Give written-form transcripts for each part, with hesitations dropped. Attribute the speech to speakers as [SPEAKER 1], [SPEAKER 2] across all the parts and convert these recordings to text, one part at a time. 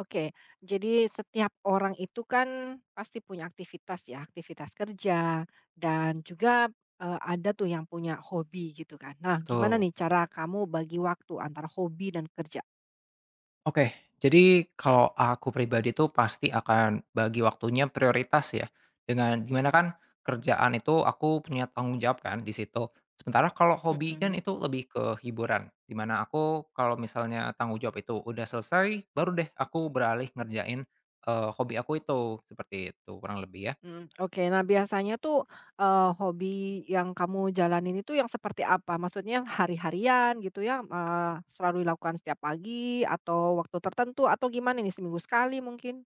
[SPEAKER 1] Oke, jadi setiap orang itu kan pasti punya aktivitas ya, aktivitas kerja dan juga ada tuh yang punya hobi gitu kan. Nah, gimana
[SPEAKER 2] Betul.
[SPEAKER 1] nih cara kamu bagi waktu antara hobi dan kerja?
[SPEAKER 2] Oke, jadi kalau aku pribadi tuh pasti akan bagi waktunya prioritas ya. Dengan gimana kan kerjaan itu aku punya tanggung jawab kan di situ. Sementara kalau hobi kan
[SPEAKER 1] Mhm.
[SPEAKER 2] itu lebih ke hiburan. Dimana aku kalau misalnya tanggung jawab itu udah selesai, baru deh aku beralih ngerjain hobi aku itu. Seperti itu kurang lebih ya.
[SPEAKER 1] Mhm, oke. Nah, biasanya tuh, hobi yang kamu jalanin itu yang seperti apa? Maksudnya hari-harian gitu ya, selalu dilakukan setiap pagi atau waktu tertentu atau gimana nih, seminggu sekali mungkin?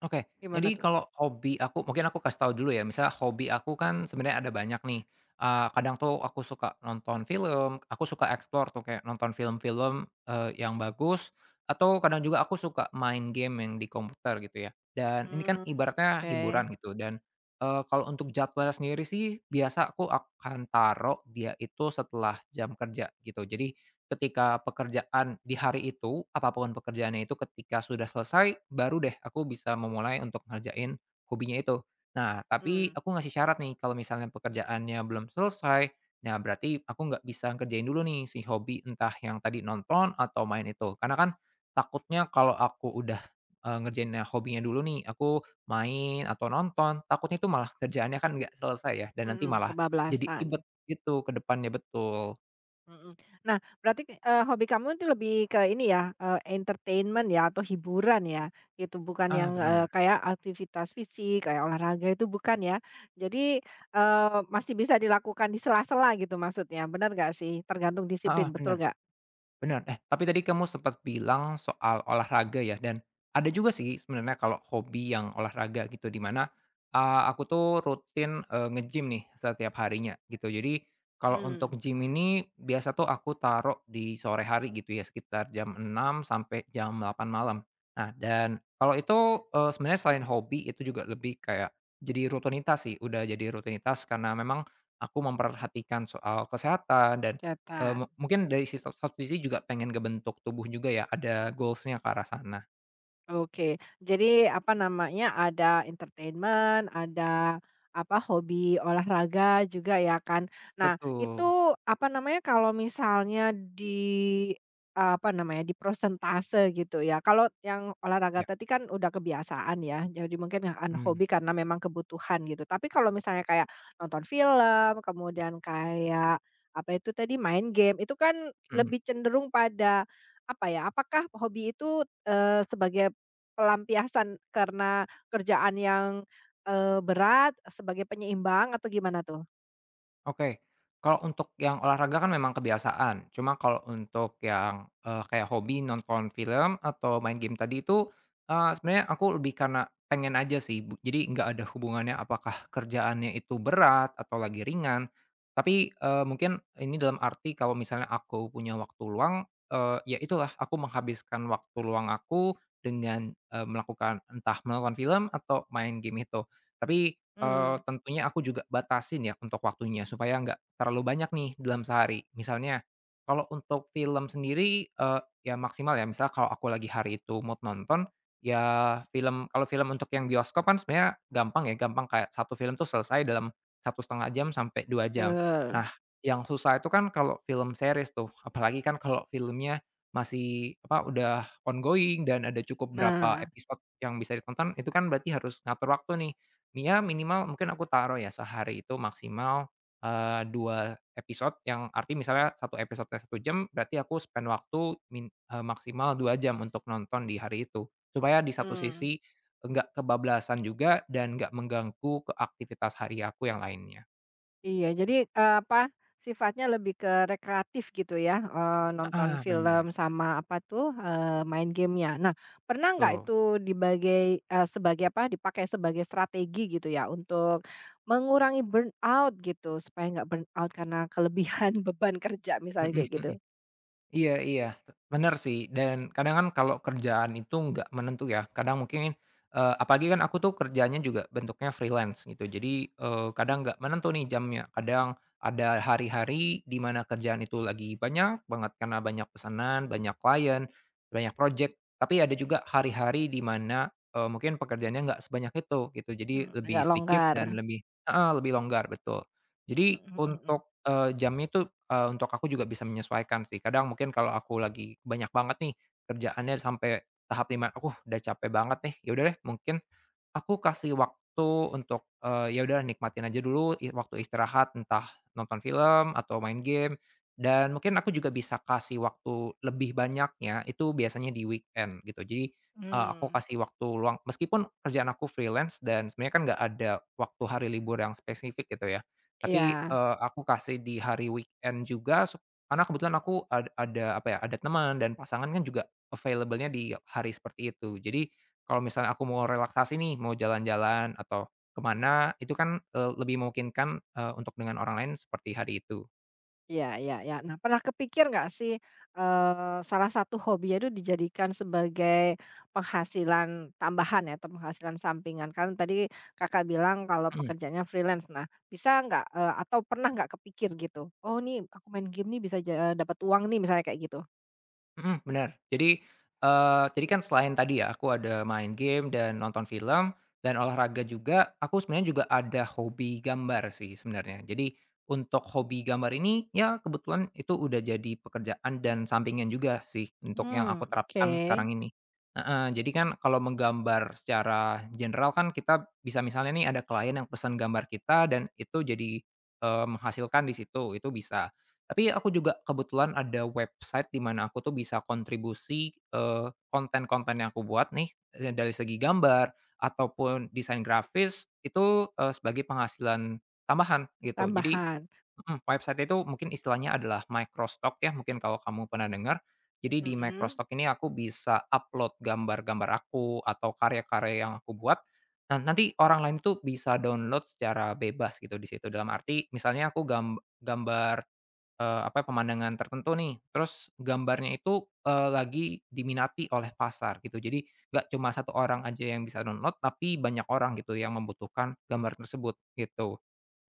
[SPEAKER 2] Oke,
[SPEAKER 1] Gimana
[SPEAKER 2] jadi
[SPEAKER 1] tuh?
[SPEAKER 2] kalau hobi aku mungkin aku kasih tahu dulu ya, misalnya hobi aku kan sebenarnya ada banyak nih, kadang tuh aku suka nonton film, aku suka explore tuh kayak nonton film-film, yang bagus, atau kadang juga aku suka main game yang di komputer gitu ya. Dan ini kan
[SPEAKER 1] Mmm,
[SPEAKER 2] ibaratnya
[SPEAKER 1] oke.
[SPEAKER 2] hiburan gitu dan kalau untuk jadwal sendiri sih biasa aku akan taruh dia itu setelah jam kerja gitu. Jadi ketika pekerjaan di hari itu, apapun pekerjaannya itu ketika sudah selesai, baru deh aku bisa memulai untuk ngerjain hobinya itu. Nah, tapi
[SPEAKER 1] Mmm.
[SPEAKER 2] aku ngasih syarat nih kalau misalnya pekerjaannya belum selesai, nah berarti aku nggak bisa ngerjain dulu nih si hobi entah yang tadi nonton atau main itu. Karena kan takutnya kalau aku udah, ngerjain hobinya dulu nih, aku main atau nonton, takutnya itu malah kerjaannya kan nggak selesai ya, dan nanti
[SPEAKER 1] Mhm,
[SPEAKER 2] malah jadi
[SPEAKER 1] kebablasan,
[SPEAKER 2] ribet gitu ke depannya betul.
[SPEAKER 1] mhm. Nah, berarti, hobi kamu itu lebih ke ini ya, entertainment ya atau hiburan ya, gitu, bukan
[SPEAKER 2] Ah,
[SPEAKER 1] yang,
[SPEAKER 2] benar,
[SPEAKER 1] kayak aktivitas fisik, kayak olahraga itu bukan ya. Jadi, masih bisa dilakukan di sela-sela gitu maksudnya, bener nggak sih? Tergantung disiplin,
[SPEAKER 2] ah
[SPEAKER 1] betul
[SPEAKER 2] benar,
[SPEAKER 1] nggak?
[SPEAKER 2] benar. Tapi tadi kamu sempat bilang soal olahraga ya dan ada juga sih sebenarnya kalau hobi yang olahraga gitu di mana, aku tuh rutin, nge-gym nih setiap harinya gitu. Jadi kalau
[SPEAKER 1] Mmm,
[SPEAKER 2] untuk gym ini biasa tuh aku taruh di sore hari gitu ya sekitar jam enam sampai jam delapan malam. Nah dan kalau itu, sebenarnya selain hobi itu juga lebih kayak jadi rutinitas sih, udah jadi rutinitas karena memang aku memperhatikan soal kesehatan dan Eee, mu
[SPEAKER 1] kelihatan.
[SPEAKER 2] mungkin dari si sat satu sisi juga pengen ngebentuk tubuh juga ya, ada goals-nya ke arah sana.
[SPEAKER 1] Oke. Jadi apa namanya, ada entertainment, ada apa, hobi olahraga juga ya kan. Nah,
[SPEAKER 2] Betul.
[SPEAKER 1] itu apa namanya, kalau misalnya di apa namanya, di prosentase gitu ya, kalau yang olahraga
[SPEAKER 2] Ya,
[SPEAKER 1] tadi kan udah kebiasaan ya, jadi mungkin an
[SPEAKER 2] mhm,
[SPEAKER 1] hobi karena memang kebutuhan gitu. Tapi kalau misalnya kayak nonton film, kemudian kayak apa itu tadi, main game, itu kan
[SPEAKER 2] mhm.
[SPEAKER 1] lebih cenderung pada apa ya, apakah hobi itu, sebagai pelampiasan karena kerjaan yang, berat sebagai penyeimbang atau gimana tuh?
[SPEAKER 2] Oke, kalau untuk yang olahraga kan memang kebiasaan, cuma kalau untuk yang, kayak hobi nonton film atau main game tadi itu, sebenarnya aku lebih karena pengen aja sih, jadi nggak ada hubungannya apakah kerjaannya itu berat atau lagi ringan. Tapi, mungkin ini dalam arti kalau misalnya aku punya waktu luang, ya itulah aku menghabiskan waktu luang aku dengan, melakukan entah menonton film atau main game itu. Tapi
[SPEAKER 1] Mmm,
[SPEAKER 2] Tentunya aku juga batasin ya untuk waktunya supaya nggak terlalu banyak nih dalam sehari. Misalnya kalau untuk film sendiri, ya maksimal ya misal kalau aku lagi hari itu mood nonton, ya film kalau film untuk yang bioskop kan sebenarnya gampang ya, gampang kayak satu film tuh selesai dalam satu setengah jam sampai 2 jam.
[SPEAKER 1] betul.
[SPEAKER 2] Nah, yang susah itu kan kalau film series tuh, apalagi kan kalau filmnya masih apa, udah ongoing dan ada cukup berapa
[SPEAKER 1] Nah,
[SPEAKER 2] episode yang bisa ditonton, itu kan berarti harus ngatur waktu nih. Minimal mungkin aku taruh ya sehari itu maksimal, 2 episode yang arti misalnya satu episodenya satu jam berarti aku spend waktu maksimal 2 jam untuk nonton di hari itu. Supaya di satu
[SPEAKER 1] mmm.
[SPEAKER 2] sisi nggak kebablasan juga dan nggak mengganggu ke aktivitas hari aku yang lainnya.
[SPEAKER 1] Iya jadi, apa, sifatnya lebih ke rekreatif gitu ya, nonton
[SPEAKER 2] Ah
[SPEAKER 1] film
[SPEAKER 2] benar.
[SPEAKER 1] sama apa tuh, main game-nya. Nah, pernah nggak
[SPEAKER 2] Betul.
[SPEAKER 1] itu dibagai sebagai apa, dipakai sebagai strategi gitu ya untuk mengurangi burnout gitu, supaya nggak burnout karena kelebihan beban kerja misalnya kayak gitu?
[SPEAKER 2] Iya, iya, bener sih dan kadang kan kalau kerjaan itu nggak menentu ya, kadang mungkin, apalagi kan aku tuh kerjanya juga bentuknya freelance gitu jadi, kadang nggak menentu nih jamnya, kadang ada hari-hari di mana kerjaan itu lagi banyak banget karena banyak pesanan, banyak klien, banyak project, tapi ada juga hari-hari di mana, mungkin pekerjaannya nggak sebanyak itu gitu jadi
[SPEAKER 1] Mmm,
[SPEAKER 2] lebih
[SPEAKER 1] agak
[SPEAKER 2] sedikit
[SPEAKER 1] longgar.
[SPEAKER 2] dan lebih lebih longgar, betul. Jadi
[SPEAKER 1] Mhm mhm.
[SPEAKER 2] untuk, jamnya itu, untuk aku juga bisa menyesuaikan sih. Kadang mungkin kalau aku lagi banyak banget nih kerjaannya sampai tahap 5 aku udah capek banget nih. Ya udah deh mungkin, aku kasih waktu untuk, ya udah nikmatin aja dulu waktu istirahat, entah nonton film atau main game, dan mungkin aku juga bisa kasih waktu lebih banyaknya itu biasanya di weekend gitu. Jadi, aku
[SPEAKER 1] Mmm,
[SPEAKER 2] kasih waktu luang meskipun kerjaan aku freelance dan sebenarnya kan nggak ada waktu hari libur yang spesifik gitu ya, tapi,
[SPEAKER 1] iya
[SPEAKER 2] aku kasih di hari weekend juga karena kebetulan aku ada apa ya, ada teman dan pasangan kan juga available-nya di hari seperti itu. Jadi, kalau misalnya aku mau relaksasi nih, mau jalan-jalan atau kemana, itu kan, lebih memungkinkan, untuk dengan orang lain seperti hari itu.
[SPEAKER 1] iya iya iya. Nah, pernah kepikir nggak sih, salah satu hobinya itu dijadikan sebagai penghasilan tambahan ya, atau penghasilan sampingan? Kan tadi Kakak bilang kalau pekerjaannya freelance. Nah, bisa nggak, atau pernah nggak kepikir gitu, "Oh nih, aku main game nih bisa ja dapat uang nih," misalnya kayak gitu?
[SPEAKER 2] Mhm, bener. Jadi, jadi kan selain tadi ya aku ada main game dan nonton film dan olahraga juga, aku sebenarnya juga ada hobi gambar sih sebenarnya. Jadi untuk hobi gambar ini, ya kebetulan itu udah jadi pekerjaan dan sampingan juga sih untuk yang aku
[SPEAKER 1] Mmm, oke,
[SPEAKER 2] terapkan sekarang ini. Heeh, jadi kan kalau menggambar secara general kan kita bisa misalnya nih ada klien yang pesan gambar kita dan itu jadi, menghasilkan di situ, itu bisa. Tapi aku juga kebetulan ada website di mana aku tuh bisa kontribusi, konten-konten yang aku buat nih, dari segi gambar ataupun desain grafis itu, sebagai penghasilan tambahan gitu. Jadi
[SPEAKER 1] tambahan.
[SPEAKER 2] mhm, website itu mungkin istilahnya adalah microstock ya, mungkin kalau kamu pernah dengar. Jadi di
[SPEAKER 1] Mhm.
[SPEAKER 2] microstock ini aku bisa upload gambar-gambar aku atau karya-karya yang aku buat, dan nanti orang lain tuh bisa download secara bebas gitu di situ. Dalam arti misalnya aku gambar apa, ya, pemandangan tertentu nih, terus gambarnya itu, lagi diminati oleh pasar gitu. Jadi nggak cuma satu orang aja yang bisa download, tapi banyak orang gitu yang membutuhkan gambar tersebut, gitu.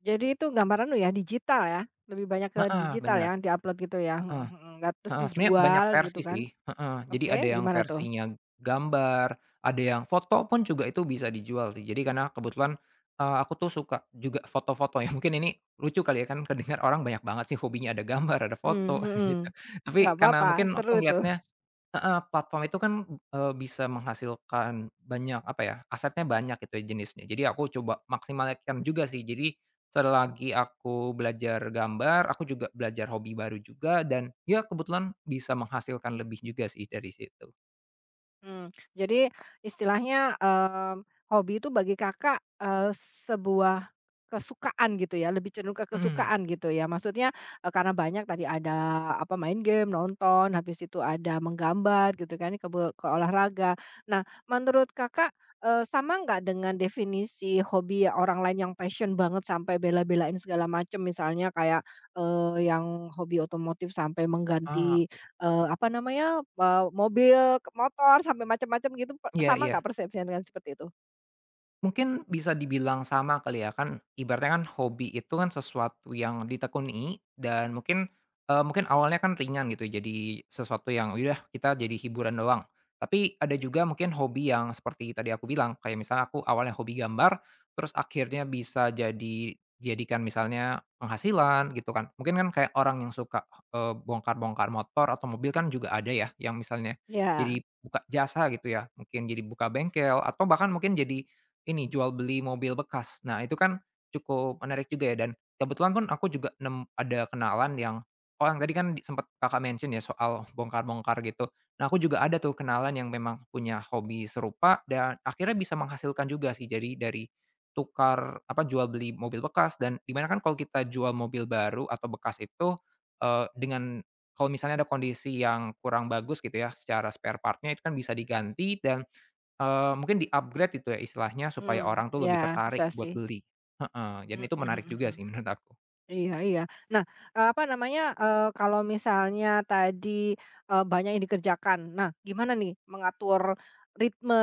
[SPEAKER 1] Jadi itu gambaran lu ya digital ya? Lebih banyak ke
[SPEAKER 2] Heeh,
[SPEAKER 1] digital
[SPEAKER 2] benar,
[SPEAKER 1] ya, di-upload gitu ya? Mhm
[SPEAKER 2] heeh,
[SPEAKER 1] mhm. Nah terus
[SPEAKER 2] heeh, sebenarnya banyak
[SPEAKER 1] dijual gitu
[SPEAKER 2] versi
[SPEAKER 1] kan?
[SPEAKER 2] sih, heeh. Jadi
[SPEAKER 1] Oke,
[SPEAKER 2] ada yang
[SPEAKER 1] gimana itu?
[SPEAKER 2] versinya gambar, ada yang foto pun juga itu bisa dijual sih. Jadi karena kebetulan, aku tuh suka juga foto-foto ya, mungkin ini lucu kali ya, kan kedengar orang banyak banget sih hobinya ada gambar, ada
[SPEAKER 1] Mmm,
[SPEAKER 2] foto
[SPEAKER 1] mhm.
[SPEAKER 2] gitu. Tapi
[SPEAKER 1] Nggak
[SPEAKER 2] karena
[SPEAKER 1] apa-apa,
[SPEAKER 2] mungkin aku
[SPEAKER 1] seru itu.
[SPEAKER 2] ngelihatnya heeh, platform itu kan, bisa menghasilkan banyak, apa ya, asetnya banyak gitu ya jenisnya. Jadi aku coba maksimalkan juga sih. Jadi selagi aku belajar gambar, aku juga belajar hobi baru juga dan ya kebetulan bisa menghasilkan lebih juga sih dari situ.
[SPEAKER 1] Mmm, jadi istilahnya, mmm, hobi itu bagi Kakak, sebuah kesukaan gitu ya, lebih cenderung ke
[SPEAKER 2] Mhm.
[SPEAKER 1] kesukaan gitu ya? Maksudnya, karena banyak tadi ada apa, main game, nonton, habis itu ada menggambar gitu kan, kebe ke olahraga. Nah, menurut Kakak, sama nggak dengan definisi hobi ya orang lain yang passion banget sampai bela-belain segala macam, misalnya kayak, yang hobi otomotif sampai
[SPEAKER 2] Ah,
[SPEAKER 1] mengganti
[SPEAKER 2] oke.
[SPEAKER 1] Apa namanya, mobil, ke motor, sampai macam-macam gitu, pe
[SPEAKER 2] Iya,
[SPEAKER 1] sama nggak
[SPEAKER 2] iya.
[SPEAKER 1] persepsinya dengan seperti itu?
[SPEAKER 2] Mungkin bisa dibilang sama kali ya, kan ibaratnya kan hobi itu kan sesuatu yang ditekuni dan mungkin, mungkin awalnya kan ringan gitu, jadi sesuatu yang udah kita jadi hiburan doang. Tapi ada juga mungkin hobi yang seperti tadi aku bilang, kayak misalnya aku awalnya hobi gambar, terus akhirnya bisa jadikan misalnya penghasilan gitu kan. Mungkin kan kayak orang yang suka, bongkar-bongkar motor atau mobil kan juga ada ya, yang misalnya
[SPEAKER 1] Iya,
[SPEAKER 2] jadi buka jasa gitu ya, mungkin jadi buka bengkel atau bahkan mungkin jadi ini jual beli mobil bekas. Nah, itu kan cukup menarik juga ya dan kebetulan pun aku juga ada kenalan yang oh yang tadi kan di sempet Kakak mention ya soal bongkar-bongkar gitu. Nah, aku juga ada tuh kenalan yang memang punya hobi serupa dan akhirnya bisa menghasilkan juga sih. Jadi dari tukar apa, jual beli mobil bekas dan dimana kan kalau kita jual mobil baru atau bekas itu, dengan kalau misalnya ada kondisi yang kurang bagus gitu ya secara spare partnya itu kan bisa diganti dan mungkin di-upgrade itu ya istilahnya supaya
[SPEAKER 1] mhm,
[SPEAKER 2] orang tuh
[SPEAKER 1] iya,
[SPEAKER 2] lebih tertarik
[SPEAKER 1] bisa
[SPEAKER 2] buat
[SPEAKER 1] sih,
[SPEAKER 2] beli. Heeh, dan
[SPEAKER 1] mhm
[SPEAKER 2] itu
[SPEAKER 1] mhm
[SPEAKER 2] menarik juga
[SPEAKER 1] mhm,
[SPEAKER 2] sih menurut aku.
[SPEAKER 1] iya iya. Nah, apa namanya, kalau misalnya tadi, banyak yang dikerjakan, nah gimana nih mengatur ritme,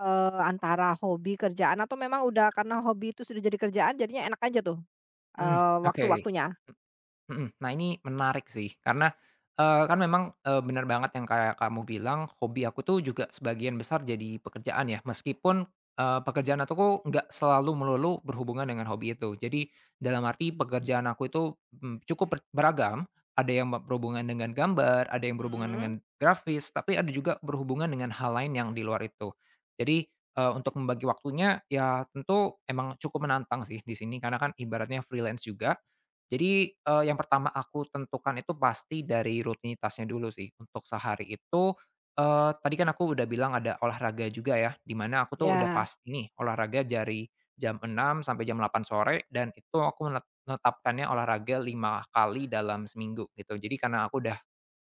[SPEAKER 1] antara hobi, kerjaan, atau memang udah karena hobi itu sudah jadi kerjaan jadinya enak aja tuh,
[SPEAKER 2] Mhm, oke.
[SPEAKER 1] waktu-waktunya?
[SPEAKER 2] Mhm. Nah ini menarik sih karena, kan memang, bener banget yang kayak kamu bilang hobi aku tuh juga sebagian besar jadi pekerjaan ya meskipun, pekerjaan aku nggak selalu melulu berhubungan dengan hobi itu. Jadi dalam arti pekerjaan aku itu, mmm, cukup beragam, ada yang berhubungan dengan gambar, ada yang berhubungan dengan
[SPEAKER 1] Mhm,
[SPEAKER 2] grafis, tapi ada juga berhubungan dengan hal lain yang di luar itu. Jadi, untuk membagi waktunya ya tentu emang cukup menantang sih di sini karena kan ibaratnya freelance juga, jadi, yang pertama aku tentukan itu pasti dari rutinitasnya dulu sih. Untuk sehari itu, tadi kan aku udah bilang ada olahraga juga ya, di mana aku tuh udah
[SPEAKER 1] ya,
[SPEAKER 2] pasti nih olahraga dari jam enam sampai jam delapan sore dan itu aku menetapkannya olahraga 5 kali dalam seminggu gitu. Jadi karena aku udah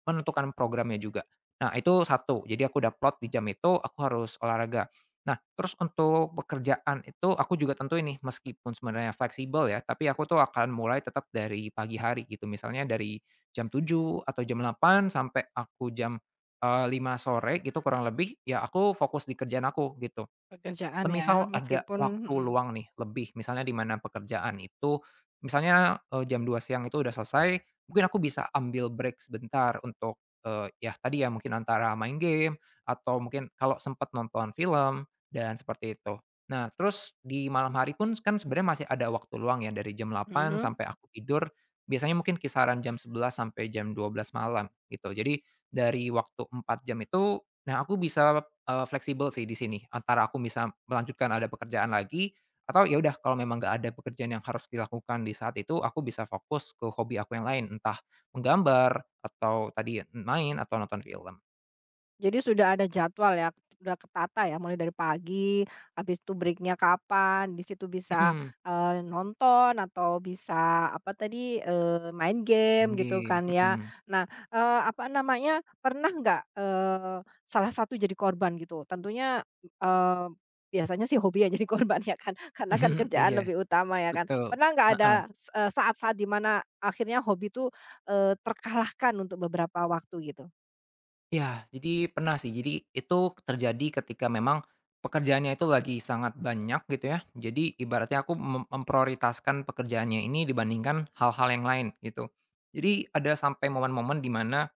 [SPEAKER 2] menentukan programnya juga. Nah, itu satu, jadi aku udah plot di jam itu aku harus olahraga. Nah, terus untuk pekerjaan itu aku juga tentu ini meskipun sebenarnya fleksibel ya, tapi aku tuh akan mulai tetap dari pagi hari gitu, misalnya dari jam tujuh atau jam delapan sampai aku jam, 5.00 sore gitu kurang lebih, ya aku fokus di kerjaan aku gitu.
[SPEAKER 1] pekerjaan ya,
[SPEAKER 2] Semisal ada
[SPEAKER 1] meskipun
[SPEAKER 2] waktu
[SPEAKER 1] mhm,
[SPEAKER 2] luang nih lebih, misalnya di mana pekerjaan itu misalnya, jam 2 siang itu udah selesai, mungkin aku bisa ambil break sebentar untuk, ya tadi ya mungkin antara main game atau mungkin kalau sempat nonton film dan seperti itu. Nah terus di malam hari pun kan sebenarnya masih ada waktu luang ya dari jam delapan
[SPEAKER 1] mhm?
[SPEAKER 2] sampai aku tidur, biasanya mungkin kisaran jam sebelas sampai jam dua belas malam gitu. Jadi dari waktu 4 jam itu, nah aku bisa fleksibel sih di sini, antara aku bisa melanjutkan ada pekerjaan lagi, atau ya udah kalau memang nggak ada pekerjaan yang harus dilakukan di saat itu, aku bisa fokus ke hobi aku yang lain, entah menggambar, atau tadi main, atau nonton film.
[SPEAKER 1] Jadi sudah ada jadwal ya, sudah ketata ya mulai dari pagi, habis itu breaknya kapan, di situ bisa,
[SPEAKER 2] Mhm,
[SPEAKER 1] nonton atau bisa apa tadi, main
[SPEAKER 2] main
[SPEAKER 1] game gitu
[SPEAKER 2] game,
[SPEAKER 1] kan ya.
[SPEAKER 2] mhm.
[SPEAKER 1] Nah, apa namanya, pernah nggak, salah satu jadi korban gitu? Tentunya, eee, biasanya sih hobi yang jadi korban ya kan, karena kan kerjaan
[SPEAKER 2] Iya,
[SPEAKER 1] lebih utama ya kan.
[SPEAKER 2] betul,
[SPEAKER 1] Pernah nggak ada,
[SPEAKER 2] heeh.
[SPEAKER 1] saat-saat di mana akhirnya hobi itu, terkalahkan untuk beberapa waktu gitu?
[SPEAKER 2] Ya, jadi pernah sih. Jadi itu terjadi ketika memang pekerjaannya itu lagi sangat banyak gitu ya. Jadi ibaratnya aku memprioritaskan pekerjaannya ini dibandingkan hal-hal yang lain gitu. Jadi ada sampai momen-momen di mana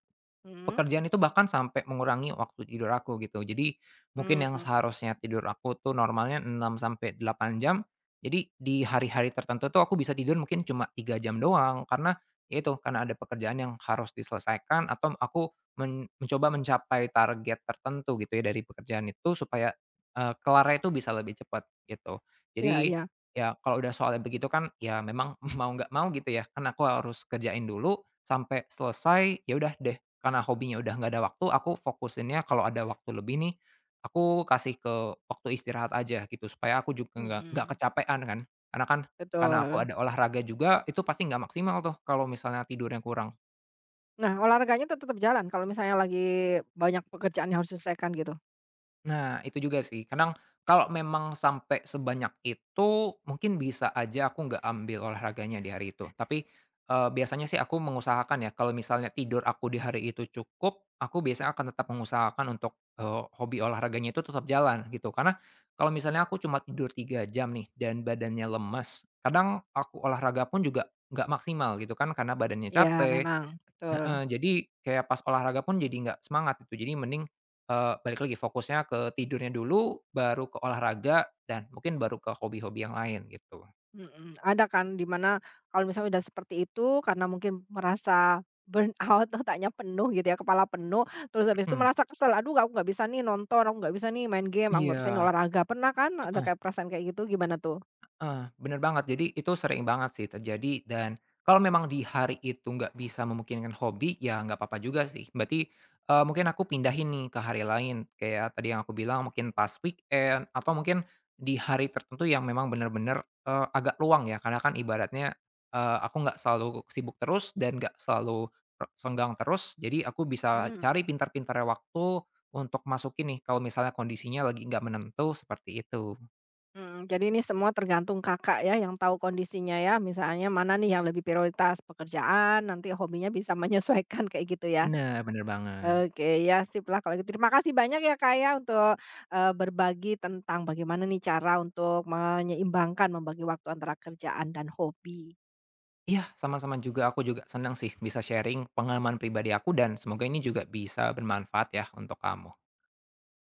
[SPEAKER 1] Mhm,
[SPEAKER 2] pekerjaan itu bahkan sampai mengurangi waktu tidur aku gitu. Jadi mungkin yang
[SPEAKER 1] mmm.
[SPEAKER 2] seharusnya tidur aku tuh normalnya 6 sampai 8 jam, jadi di hari-hari tertentu tuh aku bisa tidur mungkin cuma 3 jam doang karena ya itu, karena ada pekerjaan yang harus diselesaikan atau aku mencoba mencapai target tertentu gitu ya dari pekerjaan itu supaya, kelarnya itu bisa lebih cepat gitu.
[SPEAKER 1] Iya
[SPEAKER 2] Jadi
[SPEAKER 1] iya,
[SPEAKER 2] ya kalau udah soalnya begitu kan ya memang mau nggak mau gitu ya, kan aku harus kerjain dulu sampai selesai, ya udah deh karena hobinya udah nggak ada waktu, aku fokusinnya kalau ada waktu lebih nih, aku kasih ke waktu istirahat aja gitu, supaya aku juga nggak
[SPEAKER 1] mhm,
[SPEAKER 2] kecapean kan. Karena kan karena aku
[SPEAKER 1] betul.
[SPEAKER 2] ada olahraga juga, itu pasti nggak maksimal tuh kalau misalnya tidurnya kurang.
[SPEAKER 1] Nah, olahraganya tuh tetap jalan kalau misalnya lagi banyak pekerjaan yang harus diselesaikan gitu?
[SPEAKER 2] Nah, itu juga sih. Kadang kalau memang sampai sebanyak itu, mungkin bisa aja aku nggak ambil olahraganya di hari itu. Tapi, biasanya sih aku mengusahakan ya, kalau misalnya tidur aku di hari itu cukup, aku biasanya akan tetap mengusahakan untuk, hobi olahraganya itu tetap jalan, gitu. Karena kalau misalnya aku cuma tidur 3 jam nih dan badannya lemes, kadang aku olahraga pun juga nggak maksimal gitu kan, karena badannya
[SPEAKER 1] Iya
[SPEAKER 2] capek
[SPEAKER 1] memang, betul,
[SPEAKER 2] heeh, jadi kayak pas olahraga pun jadi nggak semangat itu jadi mending, balik lagi fokusnya ke tidurnya dulu, baru ke olahraga dan mungkin baru ke hobi-hobi yang lain gitu,
[SPEAKER 1] mhm, ada kan di mana kalau misalnya udah seperti itu karena mungkin merasa burn out, otaknya penuh gitu ya, kepala penuh, terus habis itu
[SPEAKER 2] mhm.
[SPEAKER 1] merasa kesel, "Aduh aku nggak bisa nih nonton, aku nggak bisa nih main game, aku nggak bisa nih
[SPEAKER 2] Iya,
[SPEAKER 1] olahraga." Pernah kan ada kayak perasaan kayak gitu, gimana tuh?
[SPEAKER 2] heeh, bener banget. Jadi itu sering banget sih terjadi dan kalau memang di hari itu nggak bisa memungkinkan hobi, ya nggak apa-apa juga sih. Berarti, mungkin aku pindahin nih ke hari lain, kayak tadi yang aku bilang mungkin pas weekend atau mungkin di hari tertentu yang memang bener-bener, agak luang ya. Karena kan ibaratnya, aku nggak selalu sibuk terus dan nggak selalu senggang terus, jadi aku bisa cari
[SPEAKER 1] Mhm.
[SPEAKER 2] pintar-pintarnya waktu untuk masukin nih kalau misalnya kondisinya lagi nggak menentu, seperti itu.
[SPEAKER 1] Mhm, jadi ini semua tergantung Kakak ya yang tahu kondisinya ya, misalnya mana nih yang lebih prioritas, pekerjaan, nanti hobinya bisa menyesuaikan kayak gitu ya.
[SPEAKER 2] Bener, bener banget.
[SPEAKER 1] Oke, ya sip lah kalau gitu. Terima kasih banyak ya, Kak, ya untuk, berbagi tentang bagaimana nih cara untuk menyeimbangkan, membagi waktu antara kerjaan dan hobi.
[SPEAKER 2] Iya, sama-sama juga. Aku juga senang sih bisa sharing pengalaman pribadi aku dan semoga ini juga bisa bermanfaat ya untuk kamu.